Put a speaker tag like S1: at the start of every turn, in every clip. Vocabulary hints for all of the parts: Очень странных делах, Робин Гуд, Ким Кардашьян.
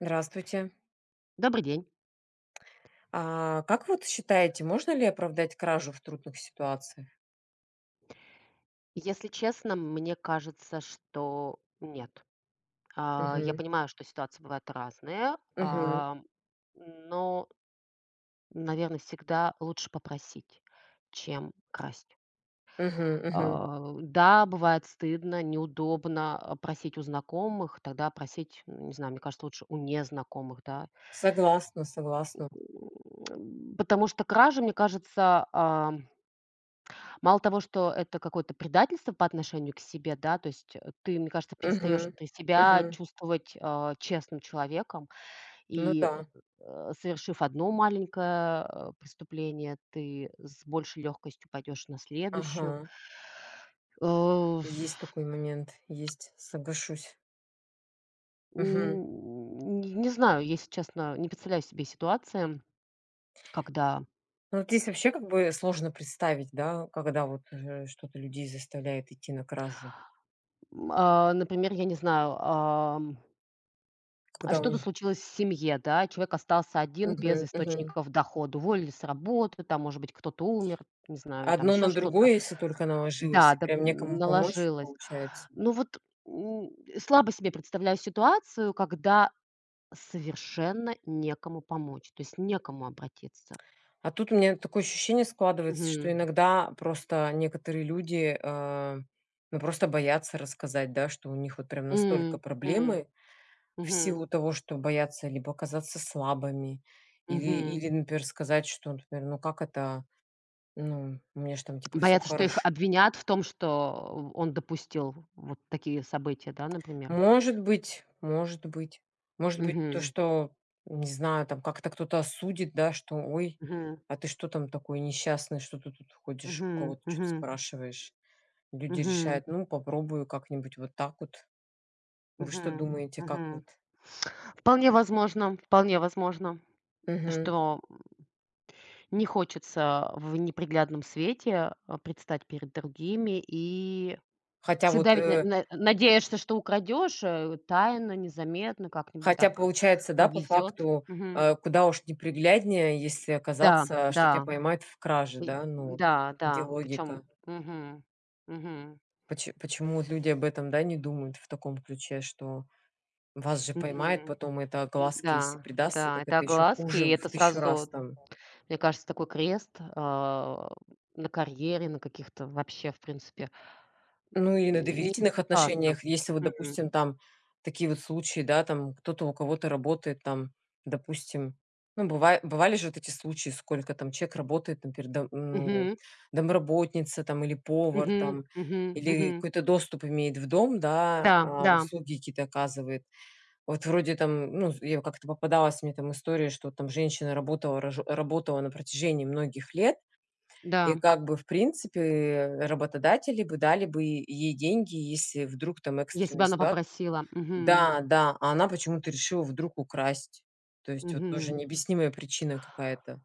S1: Здравствуйте.
S2: Добрый день.
S1: А, как вот считаете, можно ли оправдать кражу в трудных ситуациях?
S2: Если честно, мне кажется, что нет. Я
S1: Мгм.
S2: понимаю, что ситуации бывают разные,
S1: Мгм.
S2: но, наверное, всегда лучше попросить, чем красть.
S1: Мгм. Мгм.
S2: Да, бывает стыдно, неудобно просить у знакомых, тогда просить, ну, не знаю, мне кажется, лучше у незнакомых, да.
S1: Согласна, согласна.
S2: Потому что кража, мне кажется, мало того, что это какое-то предательство по отношению к себе, да, то есть, ты, мне кажется, перестаешь
S1: Мгм.
S2: внутри себя
S1: Мгм.
S2: чувствовать, честным человеком,
S1: Ну
S2: и,
S1: да.
S2: совершив одно маленькое, преступление, ты с большей легкостью пойдешь на следующую.
S1: Ага.
S2: Э,
S1: Есть такой момент. Есть. Соглашусь.
S2: м,
S1: Мгм.
S2: не не знаю, если честно, не представляю себе ситуации, когда,
S1: Ну, вот здесь вообще как бы сложно представить, да, когда вот что-то людей заставляет идти на кражу.
S2: например, я не знаю,
S1: Когда у
S2: что-то
S1: них…
S2: случилось в семье, да, человек остался один без
S1: Мгм. Мгм.
S2: источников дохода, уволили с работы, там, может быть, кто-то умер, не знаю, там
S1: Одно
S2: еще
S1: на
S2: что-то.
S1: другое, если только наложилось,
S2: Да,
S1: и
S2: да,
S1: прям некому помочь,
S2: наложилось.
S1: получается.
S2: Ну вот м, слабо себе представляю ситуацию, когда совершенно некому помочь, то есть некому обратиться.
S1: А тут у меня такое ощущение складывается, что
S2: Мгм.
S1: иногда просто некоторые люди, ну, просто боятся рассказать, да, что у них вот прям настолько
S2: М, м,
S1: проблемы в
S2: мгм,
S1: силу того, что боятся либо оказаться слабыми, или,
S2: мгм.
S1: или, например, сказать, что, например, ну как это, ну, у меня же там типа все
S2: Боятся, что их
S1: хорошо.
S2: обвинят в том, что он допустил вот такие события, да, например.
S1: Может быть, может быть. Может быть, то,
S2: Мгм.
S1: что, не знаю, там как-то кто-то осудит, да, что, ой,
S2: Мгм.
S1: а ты что там такой несчастный, что ты тут ходишь, у
S2: Мгм.
S1: кого-то что-то
S2: Мгм.
S1: спрашиваешь. Люди
S2: Мгм.
S1: решают: «Ну, попробую как-нибудь вот так вот». Вы что
S2: Мгм.
S1: думаете, как вот?
S2: Мгм. Вполне возможно,
S1: Мгм.
S2: что не хочется в неприглядном свете, предстать перед другими. И
S1: Хотя вот,
S2: всегда ведь на
S1: э,
S2: на надеешься, что украдешь, тайно, незаметно, как-нибудь
S1: хотя
S2: так
S1: получается, да, по
S2: повезет.
S1: факту,
S2: Мгм.
S1: куда уж непригляднее, если
S2: Да,
S1: оказаться, что тебя
S2: да,
S1: поймают в краже,
S2: и
S1: да? Ну вот
S2: да,
S1: где
S2: да, причем,
S1: логика?
S2: угу, угу,
S1: Почему вот люди об этом, да, не думают в таком ключе, что вас же поймают
S2: мгм.
S1: потом, это глазки, если
S2: Да,
S1: придастся,
S2: да,
S1: так
S2: это
S1: это еще
S2: огласки,
S1: хуже
S2: и
S1: в
S2: это
S1: тысячу раз
S2: сразу.
S1: там.
S2: Мне кажется, такой крест, а, на карьере, на каких-то вообще, в принципе,
S1: Ну, или на
S2: м,
S1: доверительных
S2: ужасно.
S1: отношениях, если вот,
S2: Мгм.
S1: допустим, там такие вот случаи, да, там кто-то у кого-то работает, там, допустим, ну, бывали же вот эти случаи, сколько там человек работает, например, дом ну,
S2: Мгм.
S1: домработница там или повар
S2: Мгм.
S1: там,
S2: Мгм.
S1: или
S2: Мгм.
S1: какой-то доступ имеет в дом, да,
S2: Да,
S1: а,
S2: да,
S1: услуги какие-то оказывает. Вот вроде там, ну, я как-то попадалась мне там история, что там женщина работала на протяжении многих лет. И
S2: да.
S1: как бы, в принципе, работодатели бы дали бы ей деньги, если вдруг там
S2: Я
S1: экстренная
S2: себя она
S1: ситуация.
S2: попросила. Мгм.
S1: Да, да, а она почему-то решила вдруг украсть. То есть вот тоже
S2: Мгм.
S1: необъяснимая причина какая-то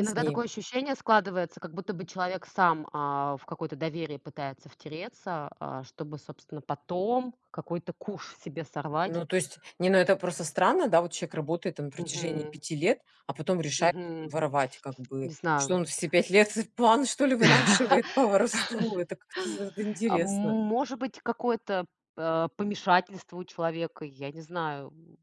S1: с ней.
S2: такое ощущение складывается, как будто бы человек сам, в какое-то доверие пытается втереться, чтобы, собственно, потом какой-то куш себе
S1: Ну,
S2: сорвать.
S1: то есть, не, ну это просто странно, да, вот человек работает там на протяжении
S2: Мгм.
S1: 5 лет, а потом решает
S2: Мгм.
S1: воровать, как бы.
S2: Не
S1: Что
S2: знаю.
S1: он все 5 лет план, что ли, вынашивает по воровству? Это как-то
S2: А,
S1: интересно.
S2: может быть, какое-то, помешательство у человека, я не знаю,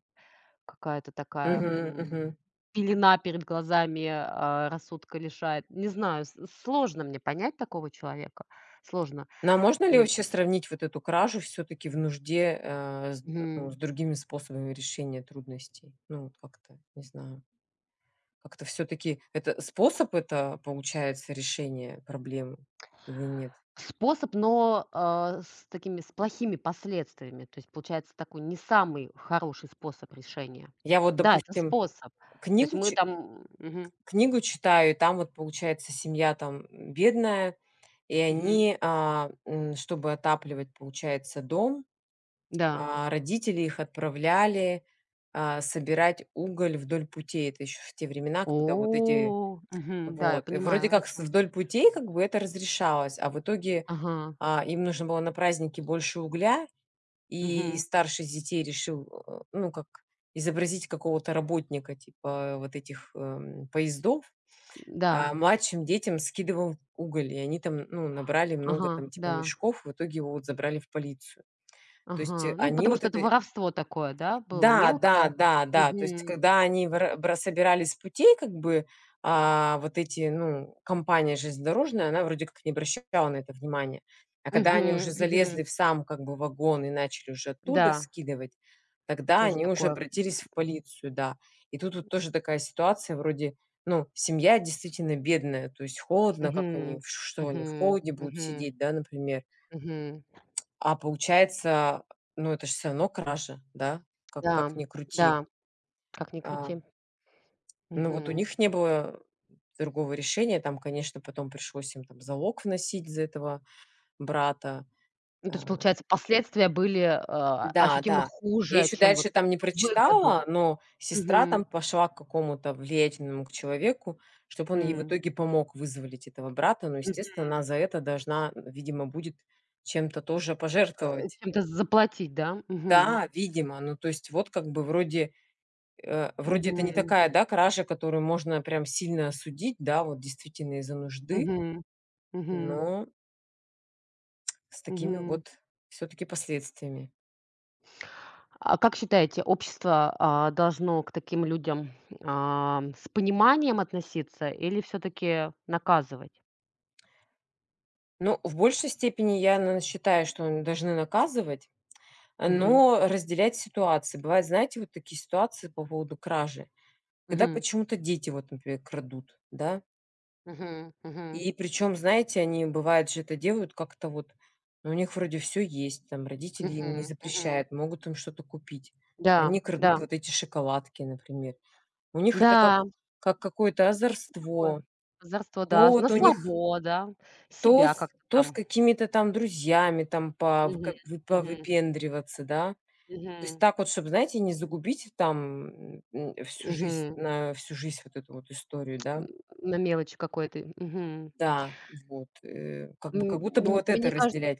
S2: какая-то такая,
S1: Мгм, мгм.
S2: пелена перед глазами, рассудка лишает. Не знаю, с сложно мне понять такого человека, сложно.
S1: Ну, а можно
S2: Э,
S1: ли вообще сравнить вот эту кражу все-таки в нужде с, ну,
S2: мгм.
S1: с другими способами решения трудностей? Ну, вот как-то, не знаю, как-то все-таки это способ это получается решение проблемы или нет?
S2: Способ, но, с такими, с плохими последствиями. То есть получается такой не самый хороший способ решения.
S1: Я вот,
S2: Да, это
S1: допустим,
S2: способ. То есть
S1: книгу,
S2: мы
S1: чи-
S2: там,
S1: книгу читаю, и там вот получается семья там бедная, и
S2: мгм,
S1: они, чтобы отапливать, получается, дом,
S2: да.
S1: а, родители их отправляли, а, собирать уголь вдоль путей. Это еще в те времена,
S2: О,
S1: когда вот эти
S2: мгм, да, я
S1: вот. И вроде
S2: понимаю, о
S1: как с
S2: чём.
S1: вдоль путей как бы это разрешалось, а в итоге,
S2: Ага,
S1: а, им нужно было на празднике больше угля, и
S2: мгм.
S1: старший из детей решил, ну, как изобразить какого-то работника типа вот этих, поездов,
S2: Да,
S1: а младшим детям скидывал уголь, и они там, ну, набрали много
S2: ага,
S1: там типа
S2: да,
S1: мешков, в итоге его вот забрали в полицию. То есть, э,
S2: ага. Ну,
S1: они
S2: потому
S1: вот
S2: что это
S1: это
S2: воровство такое, да, было
S1: Да, да,
S2: мелкое.
S1: да, да. То есть,
S2: Мгм,
S1: когда они выра бра собирали с путей, как бы, а, вот эти, ну, компания железнодорожная, она вроде как не обращала на это внимания. А когда они уже
S2: мгм, мгм.
S1: залезли в сам, как бы, вагон и начали уже оттуда
S2: Да,
S1: скидывать,
S2: это
S1: тогда
S2: тоже
S1: они уже
S2: такое.
S1: обратились в полицию, да. И тут вот тоже такая ситуация вроде, ну, семья действительно бедная, то есть холодно, как они,
S2: Мгм,
S1: ш что они в
S2: мгм,
S1: холоде будут
S2: мгм,
S1: сидеть, да, например.
S2: мгм.
S1: А получается, ну, это же все равно кража, да, как
S2: Да,
S1: ни крути.
S2: да, как ни
S1: А,
S2: крути.
S1: ну, вот у
S2: Мгм.
S1: них не было другого решения. Там, конечно, потом пришлось им там залог вносить за этого брата.
S2: Ну, то есть,
S1: А,
S2: получается, последствия были,
S1: да,
S2: ощутимо
S1: да. Я
S2: хуже,
S1: еще
S2: чем вот
S1: дальше там не
S2: выгоду.
S1: прочитала, но сестра
S2: Мгм,
S1: там пошла к какому-то влиятельному человеку, чтобы он ей в
S2: м,
S1: итоге помог вызволить этого брата. Но, естественно,
S2: мгм.
S1: она за это должна, видимо, будет чем-то тоже
S2: Э,
S1: пожертвовать.
S2: чем-то заплатить, да? Мгм,
S1: Да, видимо. Ну, то есть вот как бы вроде вроде это не
S2: мгм,
S1: такая, да, кража, которую можно прям сильно осудить, да, вот действительно из-за нужды,
S2: мгм, мгм,
S1: но с такими
S2: мгм.
S1: вот все-таки последствиями.
S2: Как считаете, общество, должно к таким людям, с пониманием относиться или все-таки наказывать?
S1: Но в большей степени я считаю, что должны наказывать, а,
S2: Мгм.
S1: но разделять ситуации. Бывают, знаете, вот такие ситуации по поводу кражи, когда
S2: Мгм.
S1: почему-то дети, вот, например, крадут, да.
S2: Мгм. Мгм.
S1: И причем, знаете, они, бывает же, это делают как-то вот, ну, у них вроде все есть, там родители им не
S2: Мгм. Мгм.
S1: запрещают, могут им что-то купить.
S2: Да,
S1: Они крадут
S2: да,
S1: вот эти шоколадки, например. У них это
S2: да,
S1: как какое-то
S2: всё такое.
S1: озорство.
S2: Озорство,
S1: То
S2: да, на
S1: вот у них
S2: слабо, да, себя как-то
S1: то с
S2: там.
S1: какими-то там друзьями там
S2: Мгм.
S1: повыка вы
S2: Мгм.
S1: повыпендриваться, да. То есть
S2: Мгм.
S1: так вот, чтобы знаете, не загубить там, всю жизнь
S2: Мгм.
S1: на всю жизнь вот эту вот историю,
S2: М,
S1: да.
S2: на мелочи какой-то. Мгм.
S1: Да, вот, как бы
S2: М,
S1: как будто бы
S2: мн
S1: вот это
S2: мне кажется
S1: разделять.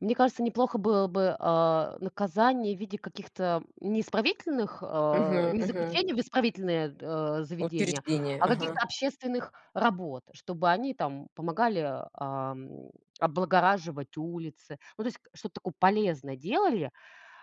S2: Мне кажется, неплохо было бы, наказание в виде каких-то не а,
S1: Мгм,
S2: не
S1: мгм.
S2: заключений в исправительные, заведения,
S1: Учреждение,
S2: а
S1: ага.
S2: каких-то общественных работ, чтобы они там помогали, ам, облагораживать улицы. Ну, то есть к что-то такое полезное делали,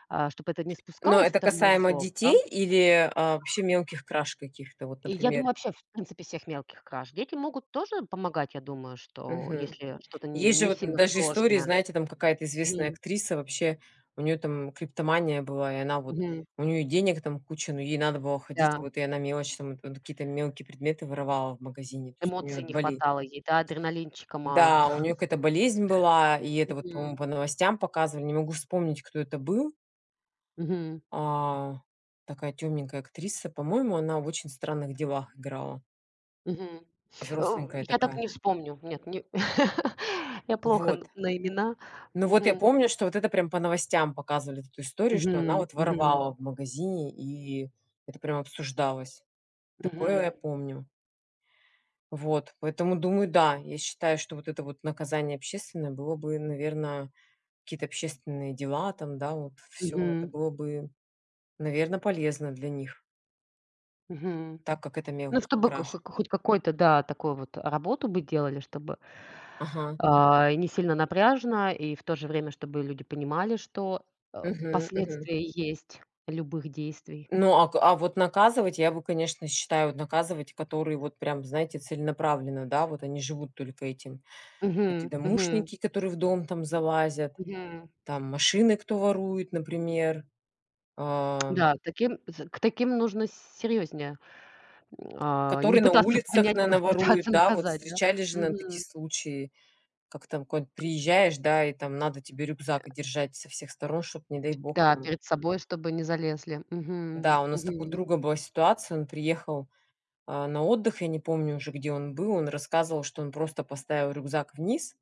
S2: чтобы это не
S1: Но
S2: спускалось с
S1: это касаемо
S2: тормозов, да.
S1: детей или, а, вообще мелких краж каких-то? Вот,
S2: И я
S1: например.
S2: думаю, вообще, в принципе, всех мелких краж. Дети могут тоже помогать, я думаю, что
S1: Мгм.
S2: если что-то
S1: Есть же
S2: не
S1: вот
S2: сильно
S1: даже истории,
S2: сложное.
S1: знаете, там какая-то известная
S2: Мгм.
S1: актриса вообще, у нее там криптомания была, и она вот
S2: Мгм.
S1: у нее денег там куча, но ей надо было ходить,
S2: Да.
S1: вот и она мелочь там, вот какие-то мелкие предметы воровала в магазине, то есть у нее
S2: Эмоций
S1: вот
S2: не
S1: болезнь.
S2: хватало ей, да, адреналинчика мало.
S1: Да, у нее какая-то болезнь была, и это вот,
S2: Мгм.
S1: по-моему, по новостям показывали, не могу вспомнить, кто это был.
S2: Мгм.
S1: А, такая темненькая актриса, по-моему, она в «Очень странных делах» играла,
S2: Мгм. Э,
S1: взросленькая
S2: я так
S1: такая.
S2: не вспомню. Нет, не я плохо
S1: Вот.
S2: н на имена.
S1: Ну вот я
S2: Мгм.
S1: помню, что вот это прям по новостям показывали эту историю, что она
S2: Мгм.
S1: вот
S2: Мгм.
S1: воровала в магазине, и это прям обсуждалось. Такое я
S2: Мгм.
S1: помню. Вот, поэтому думаю, да, я считаю, что вот это вот наказание общественное было бы, наверное, какие-то общественные дела там, да, вот все, это
S2: Мгм.
S1: было бы, наверное, полезно для них,
S2: Мгм.
S1: так как это
S2: Ну,
S1: мелко
S2: чтобы ка
S1: краж.
S2: хо хоть какой-то, да, такой вот работу бы делали, чтобы,
S1: Ага.
S2: и не сильно напряжно, и в то же время, чтобы люди понимали, что,
S1: Мгм, мгм.
S2: последствия есть любых действий.
S1: Ну, а к а вот наказывать, я бы, конечно, считаю, вот наказывать, которые вот прям, знаете, целенаправленно, да, вот они живут только этим. Эти
S2: Мгм. Мгм.
S1: домушники, которые в дом там залазят,
S2: Мгм.
S1: там машины кто ворует, например, а,
S2: Да, таким з к таким нужно серьезнее, не
S1: которые на
S2: пытаться
S1: улицах
S2: понять,
S1: на
S2: п
S1: наворуют,
S2: пытаться
S1: да. Вот
S2: наказать, да?
S1: встречали же, на такие
S2: Мгм.
S1: случаи, как там куда-нибудь приезжаешь, да, и там надо тебе рюкзак держать со всех сторон, чтобы не дай бог,
S2: Да,
S1: там.
S2: перед собой, чтобы не залезли. Мгм.
S1: Да, у нас так у
S2: Мгм.
S1: друга была ситуация, он приехал а, на отдых, я не помню уже, где он был, он рассказывал, что он просто поставил рюкзак вниз,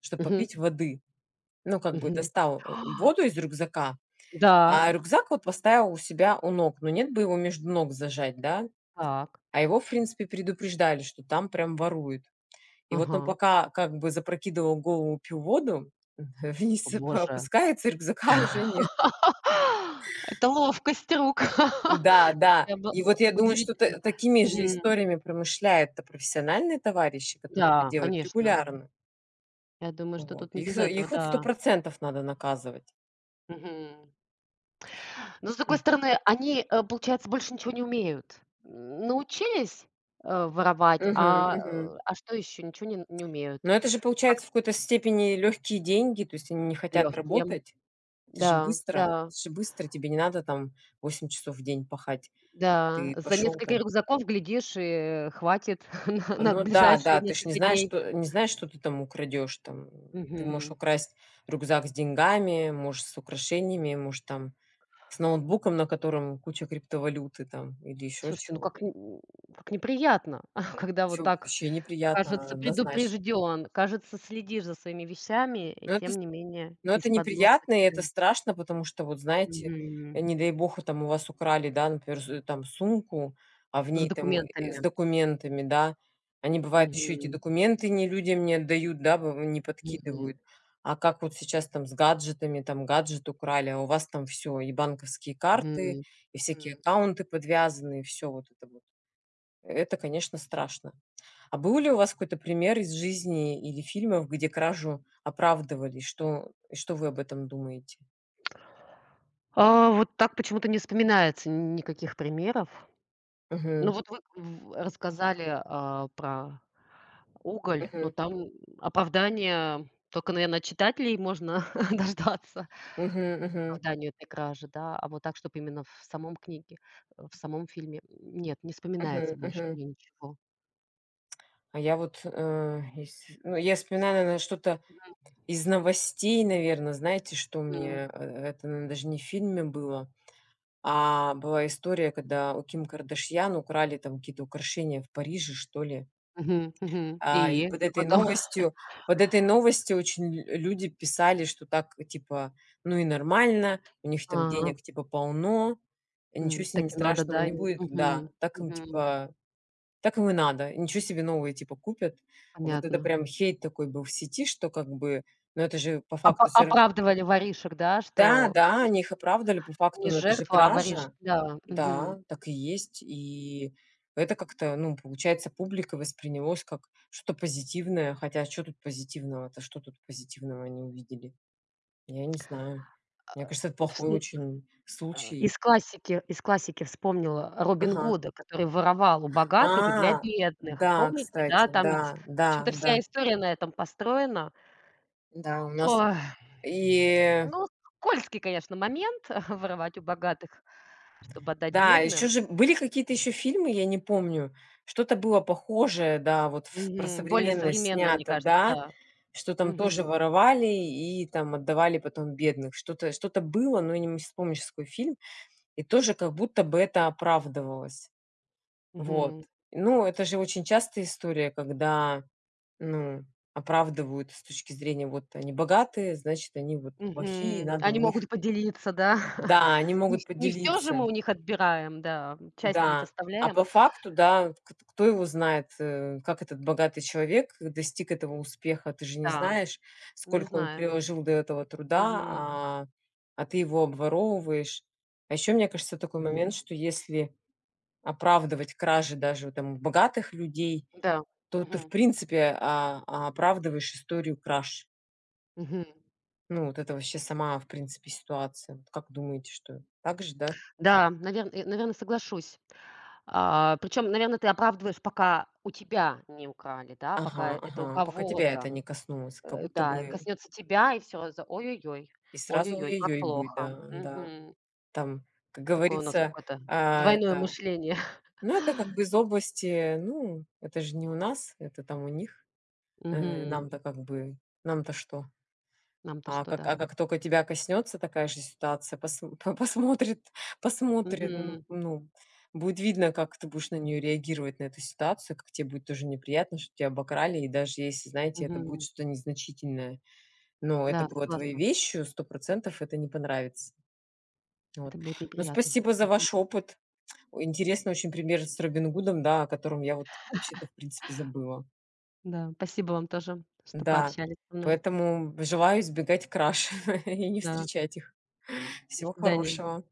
S1: чтобы
S2: Мгм.
S1: попить воды. Ну, как бы
S2: Мгм.
S1: достал воду из рюкзака,
S2: Да,
S1: а рюкзак вот поставил у себя у ног. Но нет бы его между ног зажать, да?
S2: так.
S1: А его, в принципе, предупреждали, что там прям воруют. И вот он
S2: Ага.
S1: пока как бы запрокидывал голову, пил воду,
S2: О
S1: вниз
S2: боже.
S1: опускается, рюкзака уже нет.
S2: Это ловкость рук.
S1: Да, да.
S2: Слушай, обла
S1: И вот я думаю, что
S2: удивительно.
S1: такими же
S2: Мгм.
S1: историями промышляют-то профессиональные товарищи, которые это
S2: Да,
S1: делают
S2: конечно.
S1: регулярно.
S2: Я думаю, что
S1: Вот.
S2: тут не
S1: Их
S2: без
S1: за
S2: этого,
S1: их вот 100
S2: да.
S1: надо наказывать.
S2: Мгм. Но, с
S1: М.
S2: другой стороны, они, получается, больше ничего не умеют. Научились, воровать,
S1: Мгм, мгм.
S2: а что еще? Ничего не умеют.
S1: Но это же,
S2: Как
S1: получается, в какой-то степени легкие деньги, то есть они не хотят
S2: легкие.
S1: работать. Это же
S2: Да,
S1: быстро,
S2: да,
S1: это же быстро, тебе не надо там 8 часов в день пахать.
S2: да.
S1: Ты
S2: За
S1: пошел
S2: несколько
S1: там.
S2: рюкзаков, глядишь, и хватит на
S1: А,
S2: на
S1: ну да, да,
S2: ближайшие
S1: ты ж не
S2: несколько
S1: знаешь,
S2: дней.
S1: что не знаешь, что ты там украдешь там. Ты можешь
S2: Мгм.
S1: украсть рюкзак с деньгами, можешь с украшениями, можешь там с ноутбуком, на котором куча криптовалюты там или еще
S2: Слушайте, ну
S1: чего.
S2: как неприятно, когда вот
S1: Все
S2: так,
S1: вообще неприятно
S2: кажется,
S1: однозначно.
S2: предупрежден, кажется, следишь за своими вещами, и
S1: Но это
S2: тем не менее
S1: Но это
S2: из-под носа
S1: неприятно, и это
S2: тебе.
S1: страшно, потому что, вот знаете,
S2: Мгм.
S1: не дай бог, там у вас украли, да, например, там сумку, а в
S2: С
S1: ней там, с
S2: документами.
S1: документами, да. Они, бывают еще эти
S2: Мгм.
S1: документы не людям не отдают, да, быв не
S2: Мгм.
S1: подкидывают. А как вот сейчас там с гаджетами, там гаджет украли, а у вас там все и банковские карты,
S2: Мгм.
S1: и всякие
S2: Мгм.
S1: аккаунты подвязаны, и всё вот это вот. Это, конечно, страшно. А был ли у вас какой-то пример из жизни или фильмов, где кражу оправдывали? Что и что вы об этом думаете?
S2: Вот так почему-то не вспоминается никаких примеров.
S1: Мгм.
S2: Ну, вот вы в рассказали, про уголь, но
S1: Мгм.
S2: там оправдание только, наверное от читателей можно дождаться,
S1: Мгм. Мгм.
S2: оправданию этой кражи, да. А вот так, чтобы именно в самом книге, в самом фильме, нет, не вспоминается
S1: Мгм.
S2: больше
S1: Мгм.
S2: мне ничего.
S1: А я вот, э, ес ну, я вспоминаю, наверное, что-то из новостей, наверное, знаете, что мне,
S2: М.
S1: это, наверно, даже не в фильме было, а была история, когда у Ким Кардашьян украли там какие-то украшения в Париже, что ли.
S2: Мгм. Мгм.
S1: А, и
S2: И
S1: под
S2: что
S1: этой
S2: потом?
S1: новостью под этой новостью очень лю люди писали, что так, типа, ну и нормально, у них там
S2: Ага.
S1: денег, типа, полно, и ничего
S2: М,
S1: с ними
S2: так и надо,
S1: страшного
S2: да,
S1: не
S2: и?
S1: будет. Да,
S2: Мгм.
S1: так им,
S2: Мгм.
S1: типа, так им и надо, и ничего себе новые, типа, купят. Вот это
S2: Понятно.
S1: прям хейт такой был в сети, что как бы, ну, это же по
S2: Опа
S1: факту всё ра
S2: оправдывали воришек, да,
S1: Да,
S2: что
S1: да, они их оправдали по факту,
S2: не
S1: но это же
S2: жертву, а
S1: кража.
S2: воришек, да, мгм.
S1: Да, так и есть. И это как-то, ну, получается, публика воспринялось как что-то позитивное. Хотя что тут позитивного-то? Что тут позитивного они увидели? Я не знаю.
S2: А,
S1: Мне кажется, это
S2: вс
S1: плохой очень
S2: а,
S1: случай.
S2: из классики вспомнила Робин
S1: Ага.
S2: Гуда, который воровал у
S1: А,
S2: богатых для бедных.
S1: да,
S2: Помните, да?
S1: кстати,
S2: Там ведь,
S1: да,
S2: в
S1: да,
S2: общем-то, вся
S1: да.
S2: история на этом построена.
S1: Да, у нас
S2: Ой,
S1: и.
S2: ну, скользкий, конечно, момент воровать у богатых, чтобы отдать
S1: Да, еще
S2: бедным.
S1: же были какие-то еще фильмы, я не помню. Что-то было похожее, да, вот в про
S2: Мгм. Более
S1: современность
S2: современная, мне
S1: снято,
S2: кажется,
S1: да,
S2: да.
S1: что там тоже
S2: Мгм.
S1: воровали и там отдавали потом бедных. Что-то было, но я не вспомнишь, какой фильм. И тоже как будто бы это оправдывалось. Вот.
S2: Мгм.
S1: Ну, это же очень частая история, когда, ну, оправдывают с точки зрения вот они богатые, значит, они вот плохие,
S2: Мгм.
S1: надо у
S2: Они могут
S1: них.
S2: поделиться, да.
S1: Да, они
S2: Не
S1: могут
S2: вс не все же мы
S1: поделиться.
S2: у них отбираем, да. Часть ведь
S1: Да, а
S2: оставляем.
S1: по факту, да, вот кт кто его знает, как этот богатый человек достиг этого успеха. Ты же не
S2: Да,
S1: знаешь,
S2: не
S1: сколько он
S2: знаю.
S1: приложил до этого труда,
S2: Мгм.
S1: а, ты его обворовываешь. А еще, мне кажется, такой
S2: Мгм.
S1: момент, что если оправдывать кражи даже там у богатых людей,
S2: Да.
S1: то ты, в
S2: Мгм.
S1: принципе, оправдываешь историю краж.
S2: Мгм.
S1: Ну, вот это вообще сама, в принципе, ситуация. Вот как думаете, что так же, да?
S2: Да, наверное, соглашусь. Причем, наверное ты оправдываешь, пока у тебя не украли, да,
S1: Ага,
S2: пока это у
S1: ага, пока тебя это
S2: кого-то,
S1: не коснулось, как будто
S2: да,
S1: бы.
S2: коснется тебя, и все за ой-ой-ой,
S1: И сразу
S2: ой-ой-ой, как
S1: «ой-ой-ой» будет,
S2: плохо.
S1: да, да.
S2: Мгм.
S1: Там, как
S2: Такое у нас
S1: говорится,
S2: какое-то
S1: а,
S2: двойное
S1: это
S2: мышление.
S1: ну, это как бы из области, ну, это же не у нас, это там у них.
S2: Мгм.
S1: Нам-то как бы, нам-то что?
S2: Нам-то
S1: А
S2: что, да.
S1: как только тебя коснется такая же ситуация, посм посмотрит, ну
S2: Мгм.
S1: ну, будет видно, как ты будешь на нее реагировать, на эту ситуацию, как тебе будет тоже неприятно, что тебя обокрали. И даже если, знаете, это будет
S2: Мгм.
S1: что-то незначительное, но это
S2: Да,
S1: было твоей
S2: согласна.
S1: вещью, 100% это не понравится. Вот.
S2: Это будет
S1: Ну,
S2: неприятно.
S1: спасибо за
S2: Мгм.
S1: ваш опыт. О, интересный очень пример с Робин Гудом, да, о котором я вот вообще-то, в принципе, забыла.
S2: Да, спасибо вам тоже, что
S1: Да,
S2: пообщались со мной.
S1: поэтому желаю избегать краж и не
S2: Да,
S1: встречать их.
S2: до
S1: Всего
S2: свидания.
S1: хорошего.